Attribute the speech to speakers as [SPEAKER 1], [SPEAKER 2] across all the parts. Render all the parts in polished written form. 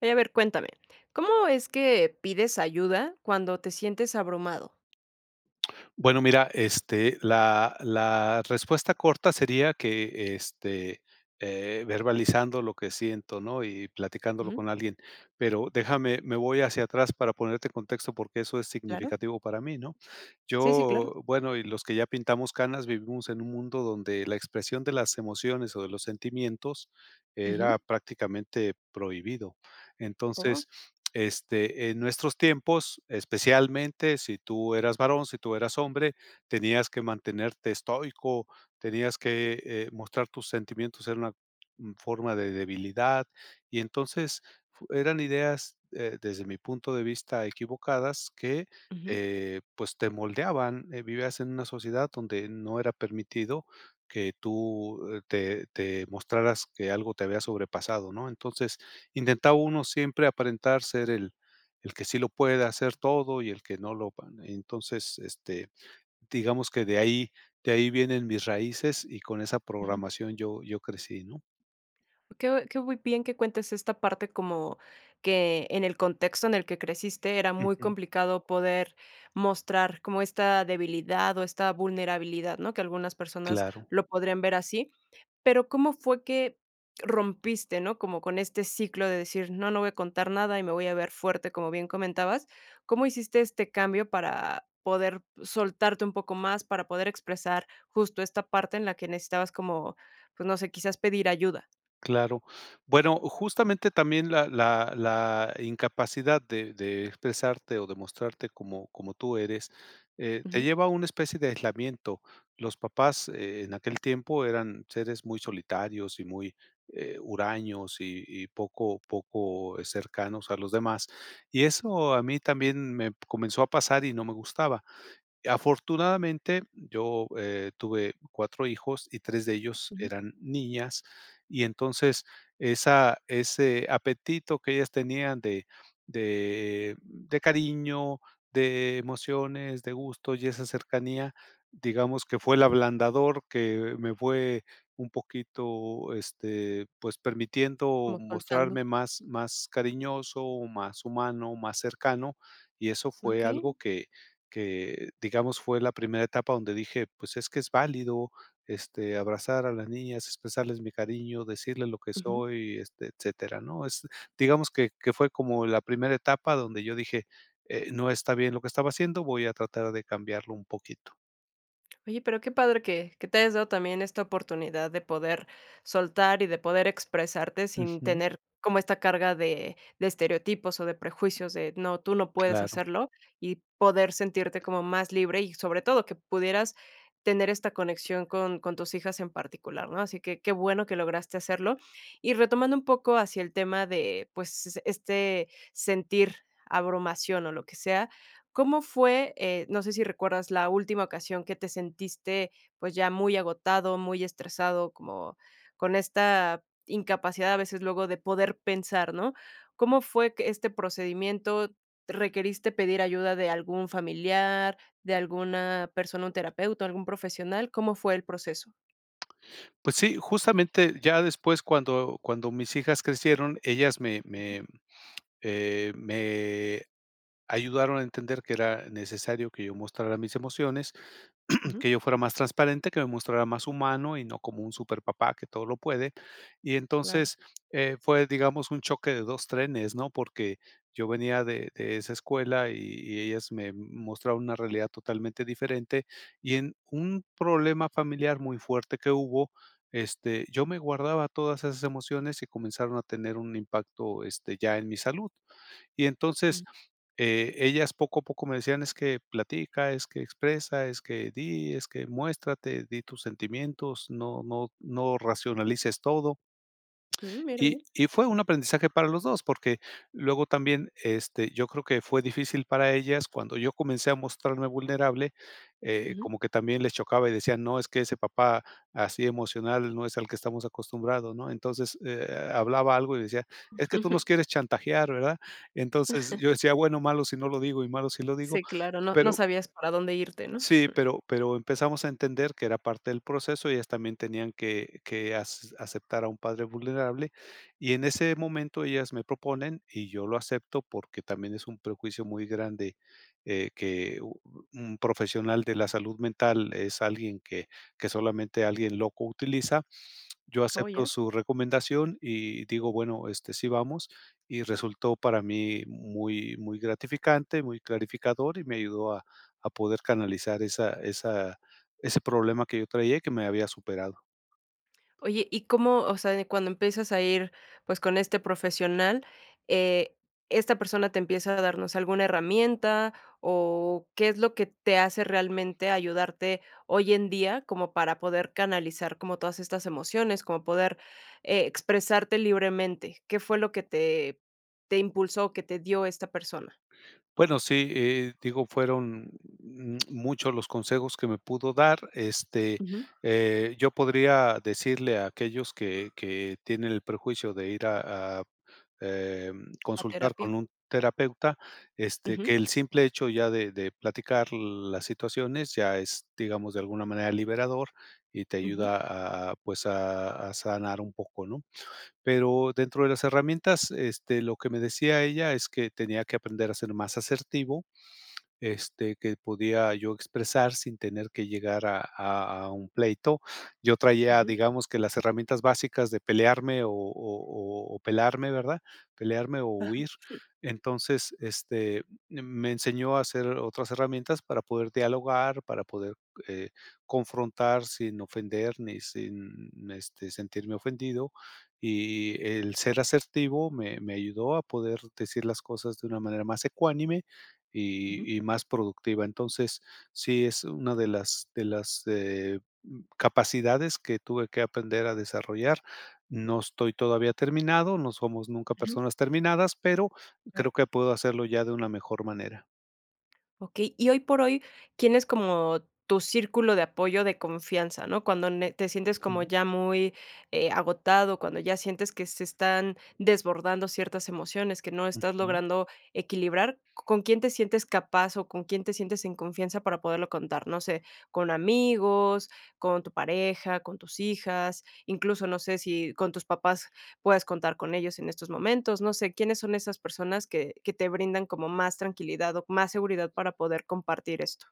[SPEAKER 1] Oye, a ver, cuéntame, ¿cómo es que pides ayuda cuando te sientes abrumado?
[SPEAKER 2] Bueno, mira, la respuesta corta sería que, verbalizando lo que siento, ¿no? Y platicándolo
[SPEAKER 1] Ujú,
[SPEAKER 2] con alguien. Pero déjame, me voy hacia atrás para ponerte en contexto, porque eso es
[SPEAKER 1] claro.
[SPEAKER 2] significativo para mí, ¿no?
[SPEAKER 1] Sí, sí, claro.
[SPEAKER 2] Yo, bueno, y los que ya pintamos canas, vivimos en un mundo donde la expresión de las emociones o de los sentimientos era
[SPEAKER 1] Ujú.
[SPEAKER 2] prácticamente prohibido.
[SPEAKER 1] Oh,
[SPEAKER 2] Entonces, en nuestros tiempos, especialmente si tú eras varón, si tú eras hombre, tenías que mantenerte estoico, tenías que mostrar tus sentimientos en una forma de debilidad. Y entonces eran ideas, desde mi punto de vista, equivocadas que
[SPEAKER 1] ujú,
[SPEAKER 2] pues te moldeaban. Vivías en una sociedad donde no era permitido que tú te mostraras que algo te había sobrepasado, ¿no? Entonces, intentaba uno siempre aparentar ser el que sí lo puede hacer todo y el que no lo entonces, digamos que de ahí vienen mis raíces y con esa
[SPEAKER 1] ujú.
[SPEAKER 2] programación yo crecí, ¿no?
[SPEAKER 1] Qué muy bien que cuentes esta parte, como que en el contexto en el que creciste era muy
[SPEAKER 2] Ujú,
[SPEAKER 1] complicado poder mostrar como esta debilidad o esta vulnerabilidad, ¿no? Que algunas personas
[SPEAKER 2] claro.
[SPEAKER 1] lo podrían ver así. Pero, ¿cómo fue que rompiste, no? Como con este ciclo de decir: "No, no voy a contar nada y me voy a ver fuerte", como bien comentabas. ¿Cómo hiciste este cambio para poder soltarte un poco más, para poder expresar justo esta parte en la que necesitabas como, pues, no sé, quizás pedir ayuda?
[SPEAKER 2] Claro. Bueno, justamente también la incapacidad de expresarte o de mostrarte como tú eres, te
[SPEAKER 1] Ujú,
[SPEAKER 2] lleva a una especie de aislamiento. Los papás, en aquel tiempo eran seres muy solitarios y muy, huraños y poco cercanos a los demás. Y eso a mí también me comenzó a pasar y no me gustaba. Afortunadamente, yo, tuve 4 hijos y 3 de ellos
[SPEAKER 1] ujú,
[SPEAKER 2] eran niñas, y entonces esa ese apetito que ellas tenían de cariño, de emociones, de gusto y esa cercanía, digamos que fue el ablandador que me fue un poquito, pues, permitiendo
[SPEAKER 1] como soltando.
[SPEAKER 2] mostrarme más cariñoso, más humano, más cercano, y eso fue algo
[SPEAKER 1] Okey.
[SPEAKER 2] que digamos, fue la primera etapa donde dije, pues es que es válido, abrazar a las niñas, expresarles mi cariño, decirles lo que soy, etcétera, ¿no? Es, digamos que fue como la primera etapa donde yo dije, no está bien lo que estaba haciendo, voy a tratar de cambiarlo un poquito.
[SPEAKER 1] Oye, pero qué padre que te hayas dado también esta oportunidad de poder soltar y de poder expresarte sin
[SPEAKER 2] Ujú,
[SPEAKER 1] tener como esta carga de estereotipos o de prejuicios de: "No, tú no puedes
[SPEAKER 2] claro.
[SPEAKER 1] hacerlo", y poder sentirte como más libre y, sobre todo, que pudieras tener esta conexión con tus hijas en particular, ¿no? Así que qué bueno que lograste hacerlo. Y retomando un poco hacia el tema de, pues, este, sentir abrumación o lo que sea. ¿Cómo fue? No sé si recuerdas la última ocasión que te sentiste, pues, ya muy agotado, muy estresado, como con esta incapacidad a veces luego de poder pensar, ¿no? ¿Cómo fue que este procedimiento? ¿Requeriste pedir ayuda de algún familiar, de alguna persona, un terapeuta, algún profesional? ¿Cómo fue el proceso?
[SPEAKER 2] Pues sí, justamente ya después cuando mis hijas crecieron, ellas
[SPEAKER 1] Ujú,
[SPEAKER 2] me ayudaron a entender que era necesario que yo mostrara mis emociones que yo fuera más transparente, que me mostrara más humano y no como un super papá que todo lo puede. Y
[SPEAKER 1] claro.
[SPEAKER 2] entonces, fue, digamos, un choque de 2 trenes, ¿no? Porque yo venía de esa escuela y ellas me mostraron una realidad totalmente diferente. Y en un problema familiar muy fuerte que hubo, yo me guardaba todas esas emociones y comenzaron a tener un impacto, ya en mi salud. Y entonces, ellas poco a poco me decían: "Es que platica, es que expresa, es que di, es que muéstrate, di tus sentimientos, no racionalices todo".
[SPEAKER 1] Ujú, mira
[SPEAKER 2] Y
[SPEAKER 1] bien.
[SPEAKER 2] fue un aprendizaje para los 2 porque luego también, yo creo que fue difícil para ellas cuando yo comencé a mostrarme vulnerable,
[SPEAKER 1] Ujú.
[SPEAKER 2] como que también les chocaba y decían: "No, es que ese papá así emocional no es al que estamos acostumbrados", ¿no? Entonces, hablaba algo y decía: "Es que tú nos quieres chantajear", ¿verdad? Entonces, yo decía: "Bueno, malo si no lo digo y malo si lo digo",
[SPEAKER 1] Sí, claro, no
[SPEAKER 2] pero
[SPEAKER 1] sabías para dónde irte, ¿no?
[SPEAKER 2] sí, pero empezamos a entender que era parte del proceso, ellas también tenían que aceptar a un padre vulnerable, y en ese momento ellas me proponen y yo lo acepto porque también es un prejuicio muy grande, que u un profesional de la salud mental es alguien que solamente alguien loco utiliza, yo
[SPEAKER 1] Oh,
[SPEAKER 2] acepto
[SPEAKER 1] ya.
[SPEAKER 2] su recomendación y digo, bueno, sí vamos, y resultó para mí muy, muy gratificante, muy clarificador y me ayudó a poder canalizar esa esa ese problema que yo traía y que me había superado.
[SPEAKER 1] Oye, ¿y cómo, o sea, cuando empiezas a ir, pues, con este profesional, eh, esta persona te empieza a darnos alguna herramienta o qué es lo que te hace realmente ayudarte hoy en día como para poder canalizar como todas estas emociones, como poder, expresarte libremente? ¿Qué fue lo que te impulsó, que te dio esta persona?
[SPEAKER 2] Bueno, sí, digo, fueron, muchos los consejos que me pudo dar.
[SPEAKER 1] Ujú.
[SPEAKER 2] Yo podría decirle a aquellos que tienen el prejuicio de ir a
[SPEAKER 1] ¿La
[SPEAKER 2] consultar
[SPEAKER 1] terapia?
[SPEAKER 2] con un terapeuta,
[SPEAKER 1] Ujú,
[SPEAKER 2] que el simple hecho ya de platicar las situaciones ya es, digamos, de alguna manera liberador y te
[SPEAKER 1] ujú,
[SPEAKER 2] ayuda a, pues, a sanar un poco, ¿no? Pero dentro de las herramientas, lo que me decía ella es que tenía que aprender a ser más asertivo, que podía yo expresar sin tener que llegar a un pleito. Yo traía,
[SPEAKER 1] ujú.
[SPEAKER 2] digamos que las herramientas básicas de pelearme o pelarme, ¿verdad? Pelearme o
[SPEAKER 1] Ah,
[SPEAKER 2] huir. Entonces, me enseñó a hacer otras herramientas para poder dialogar, para poder, eh, confrontar sin ofender ni sin, sentirme ofendido. Y el ser asertivo me ayudó a poder decir las cosas de una manera más ecuánime
[SPEAKER 1] ujú,
[SPEAKER 2] y más productiva. Entonces, sí es una de las de las capacidades que tuve que aprender a desarrollar. No estoy todavía terminado, no somos nunca
[SPEAKER 1] ujú,
[SPEAKER 2] personas terminadas, pero creo
[SPEAKER 1] claro.
[SPEAKER 2] que puedo hacerlo ya de una mejor manera.
[SPEAKER 1] Okey, y hoy por hoy, ¿quién es como tu círculo de apoyo, de confianza, no? Cuando ne te sientes como
[SPEAKER 2] Ujú.
[SPEAKER 1] ya muy, agotado, cuando ya sientes que se están desbordando ciertas emociones, que no estás
[SPEAKER 2] Ujú.
[SPEAKER 1] logrando equilibrar, ¿con quién te sientes capaz o con quién te sientes en confianza para poderlo contar? No sé, ¿con amigos, con tu pareja, con tus hijas, incluso, no sé si con tus papás puedas contar con ellos en estos momentos? No sé, ¿quiénes son esas personas que te brindan como más tranquilidad o más seguridad para poder compartir esto?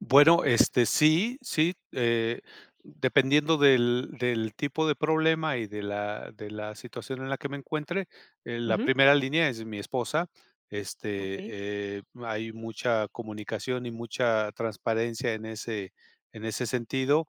[SPEAKER 2] Bueno, sí, sí, dependiendo del tipo de problema y de la situación en la que me encuentre, la
[SPEAKER 1] Ujú.
[SPEAKER 2] primera línea es mi esposa, este,
[SPEAKER 1] Okey,
[SPEAKER 2] hay mucha comunicación y mucha transparencia en ese sentido,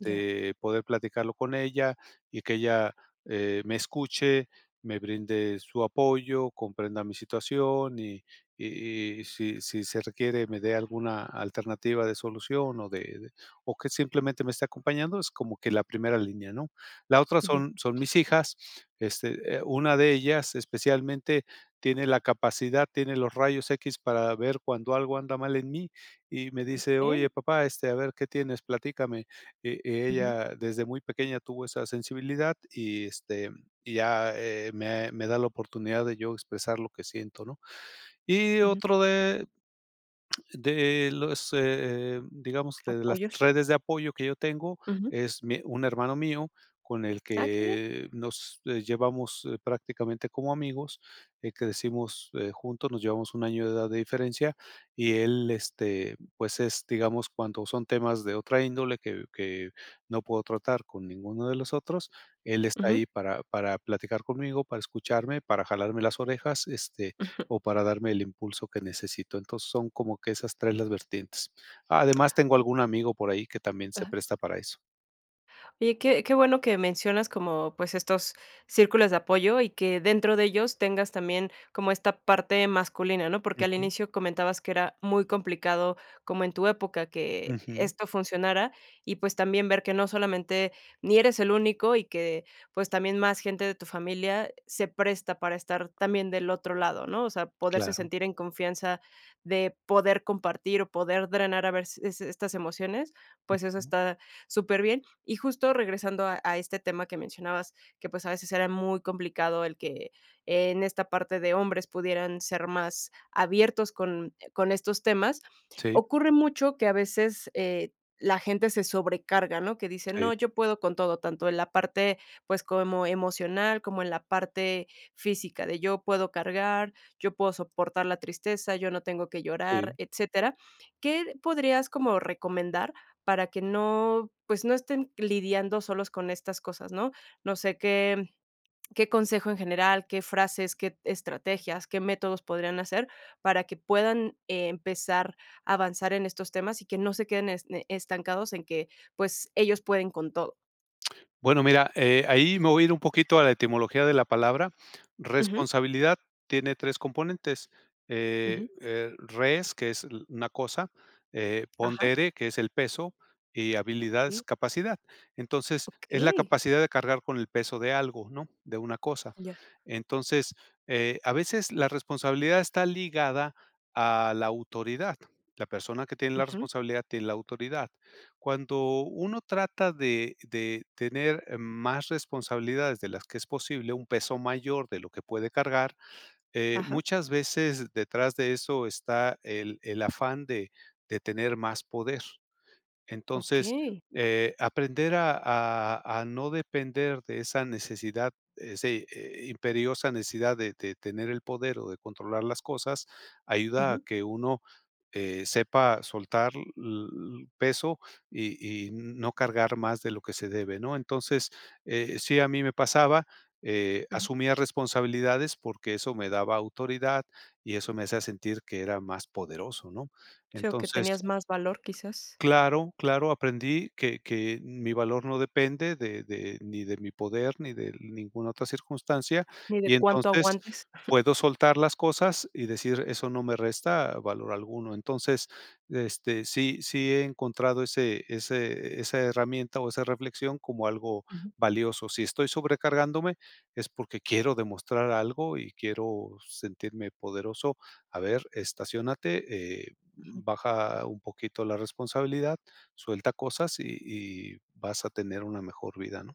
[SPEAKER 1] ya.
[SPEAKER 2] poder platicarlo con ella y que ella, me escuche, me brinde su apoyo, comprenda mi situación y si se requiere me dé alguna alternativa de solución o de o que simplemente me esté acompañando, es como que la primera línea, ¿no? La otra
[SPEAKER 1] Ujú.
[SPEAKER 2] son mis hijas, una de ellas especialmente tiene la capacidad, tiene los rayos X para ver cuando algo anda mal en mí y me dice:
[SPEAKER 1] Okey.
[SPEAKER 2] "Oye, papá, a ver, ¿qué tienes? Platícame".
[SPEAKER 1] Ujú,
[SPEAKER 2] Ella desde muy pequeña tuvo esa sensibilidad y, y ya, me da la oportunidad de yo expresar lo que siento, ¿no? Y
[SPEAKER 1] ujú.
[SPEAKER 2] otro de digamos, de las
[SPEAKER 1] Apoyos.
[SPEAKER 2] redes de apoyo que yo tengo
[SPEAKER 1] Ujú.
[SPEAKER 2] es mi un hermano mío con el
[SPEAKER 1] Ah, qué bien.
[SPEAKER 2] que nos, llevamos, prácticamente como amigos, crecimos, juntos, nos llevamos un año de edad de diferencia y él, pues es, digamos, cuando son temas de otra índole que no puedo tratar con ninguno de los otros, él está ahí
[SPEAKER 1] Ujú.
[SPEAKER 2] para platicar conmigo, para escucharme, para jalarme las orejas,
[SPEAKER 1] Ajá.
[SPEAKER 2] o para darme el impulso que necesito. Entonces, son como que esas 3 las vertientes. Además, tengo algún amigo por ahí que también se presta para eso.
[SPEAKER 1] Oye, qué, qué bueno que mencionas como pues estos círculos de apoyo y que dentro de ellos tengas también como esta parte masculina, ¿no? Porque al
[SPEAKER 2] Ujú,
[SPEAKER 1] inicio comentabas que era muy complicado como en tu época que
[SPEAKER 2] ujú,
[SPEAKER 1] esto funcionara, y pues también ver que no solamente ni eres el único y que pues también más gente de tu familia se presta para estar también del otro lado, ¿no? O sea, poderse
[SPEAKER 2] claro,
[SPEAKER 1] sentir en confianza de poder compartir o poder drenar a ver si, estas emociones, pues eso
[SPEAKER 2] ujú.
[SPEAKER 1] está súper bien. Y justo regresando a este tema que mencionabas, que, pues, a veces era muy complicado el que, en esta parte de hombres pudieran ser más abiertos con estos temas,
[SPEAKER 2] Sí,
[SPEAKER 1] ocurre mucho que a veces, la gente se sobrecarga, ¿no? Que dice:
[SPEAKER 2] sí,
[SPEAKER 1] "No, yo puedo con todo", tanto en la parte, pues, como emocional, como en la parte física, de yo puedo cargar, yo puedo soportar la tristeza, yo no tengo que llorar,
[SPEAKER 2] sí.
[SPEAKER 1] etcétera. ¿Qué podrías como recomendar para que no, pues, no estén lidiando solos con estas cosas, ¿no? No sé qué consejo en general, qué frases, qué estrategias, qué métodos podrían hacer para que puedan, empezar a avanzar en estos temas y que no se queden es, estancados en que, pues, ellos pueden con todo.
[SPEAKER 2] Bueno, mira, ahí me voy a ir un poquito a la etimología de la palabra.
[SPEAKER 1] Ujú,
[SPEAKER 2] Responsabilidad tiene tres componentes.
[SPEAKER 1] ujú,
[SPEAKER 2] Res, que es una cosa,
[SPEAKER 1] ajá.
[SPEAKER 2] pondere, que es el peso, y habilidad es
[SPEAKER 1] Okey,
[SPEAKER 2] capacidad. Entonces, es la
[SPEAKER 1] okey.
[SPEAKER 2] capacidad de cargar con el peso de algo, ¿no? De una cosa.
[SPEAKER 1] Ya,
[SPEAKER 2] Entonces, a veces la responsabilidad está ligada a la autoridad. La persona que tiene la
[SPEAKER 1] ujú,
[SPEAKER 2] responsabilidad tiene la autoridad cuando uno trata de tener más responsabilidades de las que es posible, un peso mayor de lo que puede cargar,
[SPEAKER 1] ajá,
[SPEAKER 2] muchas veces detrás de eso está el afán de tener más poder. Entonces,
[SPEAKER 1] okey,
[SPEAKER 2] aprender a no depender de esa necesidad, esa imperiosa necesidad de tener el poder o de controlar las cosas, ayuda a
[SPEAKER 1] ujú,
[SPEAKER 2] que uno, sepa soltar l peso y no cargar más de lo que se debe, ¿no? Entonces, sí, a mí me pasaba,
[SPEAKER 1] ujú.
[SPEAKER 2] asumía responsabilidades porque eso me daba autoridad y eso me hacía sentir que era más poderoso, ¿no?
[SPEAKER 1] Sí, o que
[SPEAKER 2] Entonces
[SPEAKER 1] tenías más valor quizás,
[SPEAKER 2] claro, claro, aprendí que mi valor no depende de ni de mi poder, ni de ninguna otra circunstancia,
[SPEAKER 1] ni
[SPEAKER 2] y
[SPEAKER 1] de cuánto
[SPEAKER 2] entonces
[SPEAKER 1] aguantes.
[SPEAKER 2] puedo soltar las cosas y decir: "Eso no me resta valor alguno". Entonces, sí he encontrado ese esa herramienta o esa reflexión como algo
[SPEAKER 1] Ujú,
[SPEAKER 2] valioso. Si estoy sobrecargándome, es porque quiero demostrar algo y quiero sentirme poderoso. A ver, estacionate.
[SPEAKER 1] ujú.
[SPEAKER 2] Baja un poquito la responsabilidad, suelta cosas y vas a tener una mejor vida, ¿no?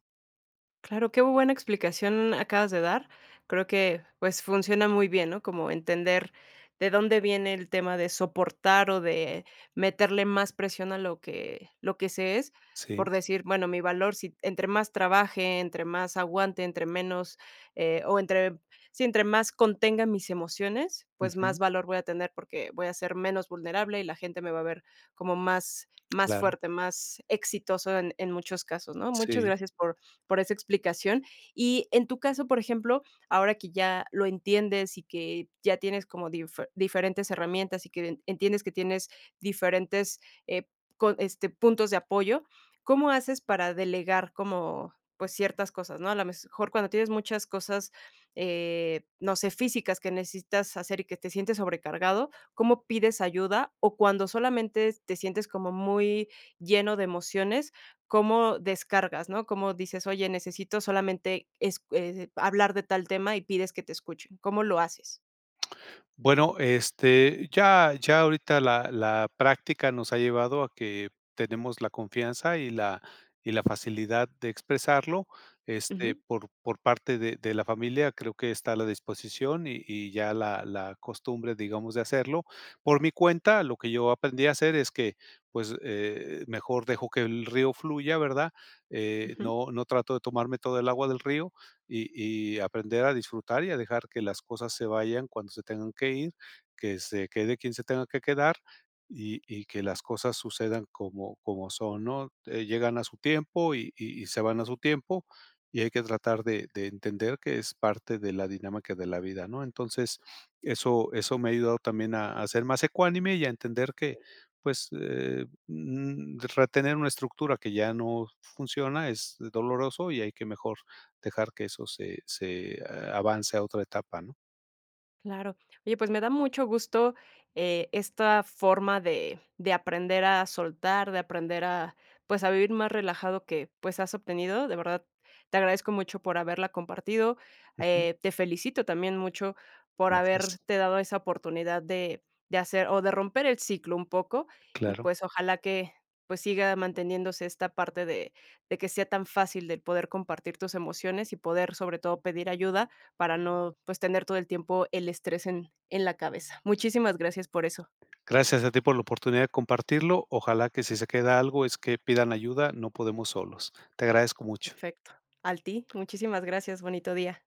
[SPEAKER 1] Claro, qué buena explicación acabas de dar. Creo que, pues, funciona muy bien, ¿no? Como entender de dónde viene el tema de soportar o de meterle más presión a lo que se es,
[SPEAKER 2] Sí.
[SPEAKER 1] por decir, bueno, mi valor, si entre más trabaje, entre más aguante, entre menos, o entre si entre más contenga mis emociones, pues, más
[SPEAKER 2] ujú,
[SPEAKER 1] valor voy a tener, porque voy a ser menos vulnerable y la gente me va a ver como más
[SPEAKER 2] claro,
[SPEAKER 1] fuerte, más exitoso en muchos casos, ¿no? Muchas
[SPEAKER 2] sí.
[SPEAKER 1] gracias por esa explicación. Y en tu caso, por ejemplo, ahora que ya lo entiendes y que ya tienes como diferentes herramientas y que entiendes que tienes diferentes, eh, este, puntos de apoyo, ¿cómo haces para delegar como pues ciertas cosas, ¿no? A lo mejor cuando tienes muchas cosas, no sé, físicas que necesitas hacer y que te sientes sobrecargado, ¿cómo pides ayuda? O cuando solamente te sientes como muy lleno de emociones, cómo descargas, ¿no? Cómo dices: "Oye, necesito solamente es hablar de tal tema", y pides que te escuchen. ¿Cómo lo haces?
[SPEAKER 2] Bueno, ya ahorita la práctica nos ha llevado a que tenemos la confianza y la facilidad de expresarlo,
[SPEAKER 1] Ujú.
[SPEAKER 2] por parte de la familia, creo que está a la disposición y ya la costumbre, digamos, de hacerlo. Por mi cuenta, lo que yo aprendí a hacer es que, pues, mejor dejo que el río fluya, ¿verdad?
[SPEAKER 1] Ujú.
[SPEAKER 2] No trato de tomarme todo el agua del río, y aprender a disfrutar y a dejar que las cosas se vayan cuando se tengan que ir, que se quede quien se tenga que quedar y que las cosas sucedan como, como son, ¿no? Llegan a su tiempo y se van a su tiempo y hay que tratar de entender que es parte de la dinámica de la vida, ¿no? Entonces, eso me ha ayudado también a ser más ecuánime y a entender que, pues, retener una estructura que ya no funciona es doloroso y hay que mejor dejar que eso avance a otra etapa, ¿no?
[SPEAKER 1] Claro. Oye, pues me da mucho gusto, esta forma de aprender a soltar, de aprender a, pues, a vivir más relajado que, pues, has obtenido. De verdad, te agradezco mucho por haberla compartido.
[SPEAKER 2] Ujú,
[SPEAKER 1] Te felicito también mucho por
[SPEAKER 2] gracias.
[SPEAKER 1] haberte dado esa oportunidad de hacer o de romper el ciclo un poco y,
[SPEAKER 2] Claro.
[SPEAKER 1] pues, ojalá que, pues, siga manteniéndose esta parte de que sea tan fácil de poder compartir tus emociones y poder, sobre todo, pedir ayuda para no, pues, tener todo el tiempo el estrés en la cabeza. Muchísimas gracias por eso.
[SPEAKER 2] Gracias a ti por la oportunidad de compartirlo. Ojalá que si se queda algo es que pidan ayuda, no podemos solos. Te agradezco mucho.
[SPEAKER 1] Perfecto. A ti, muchísimas gracias, bonito día.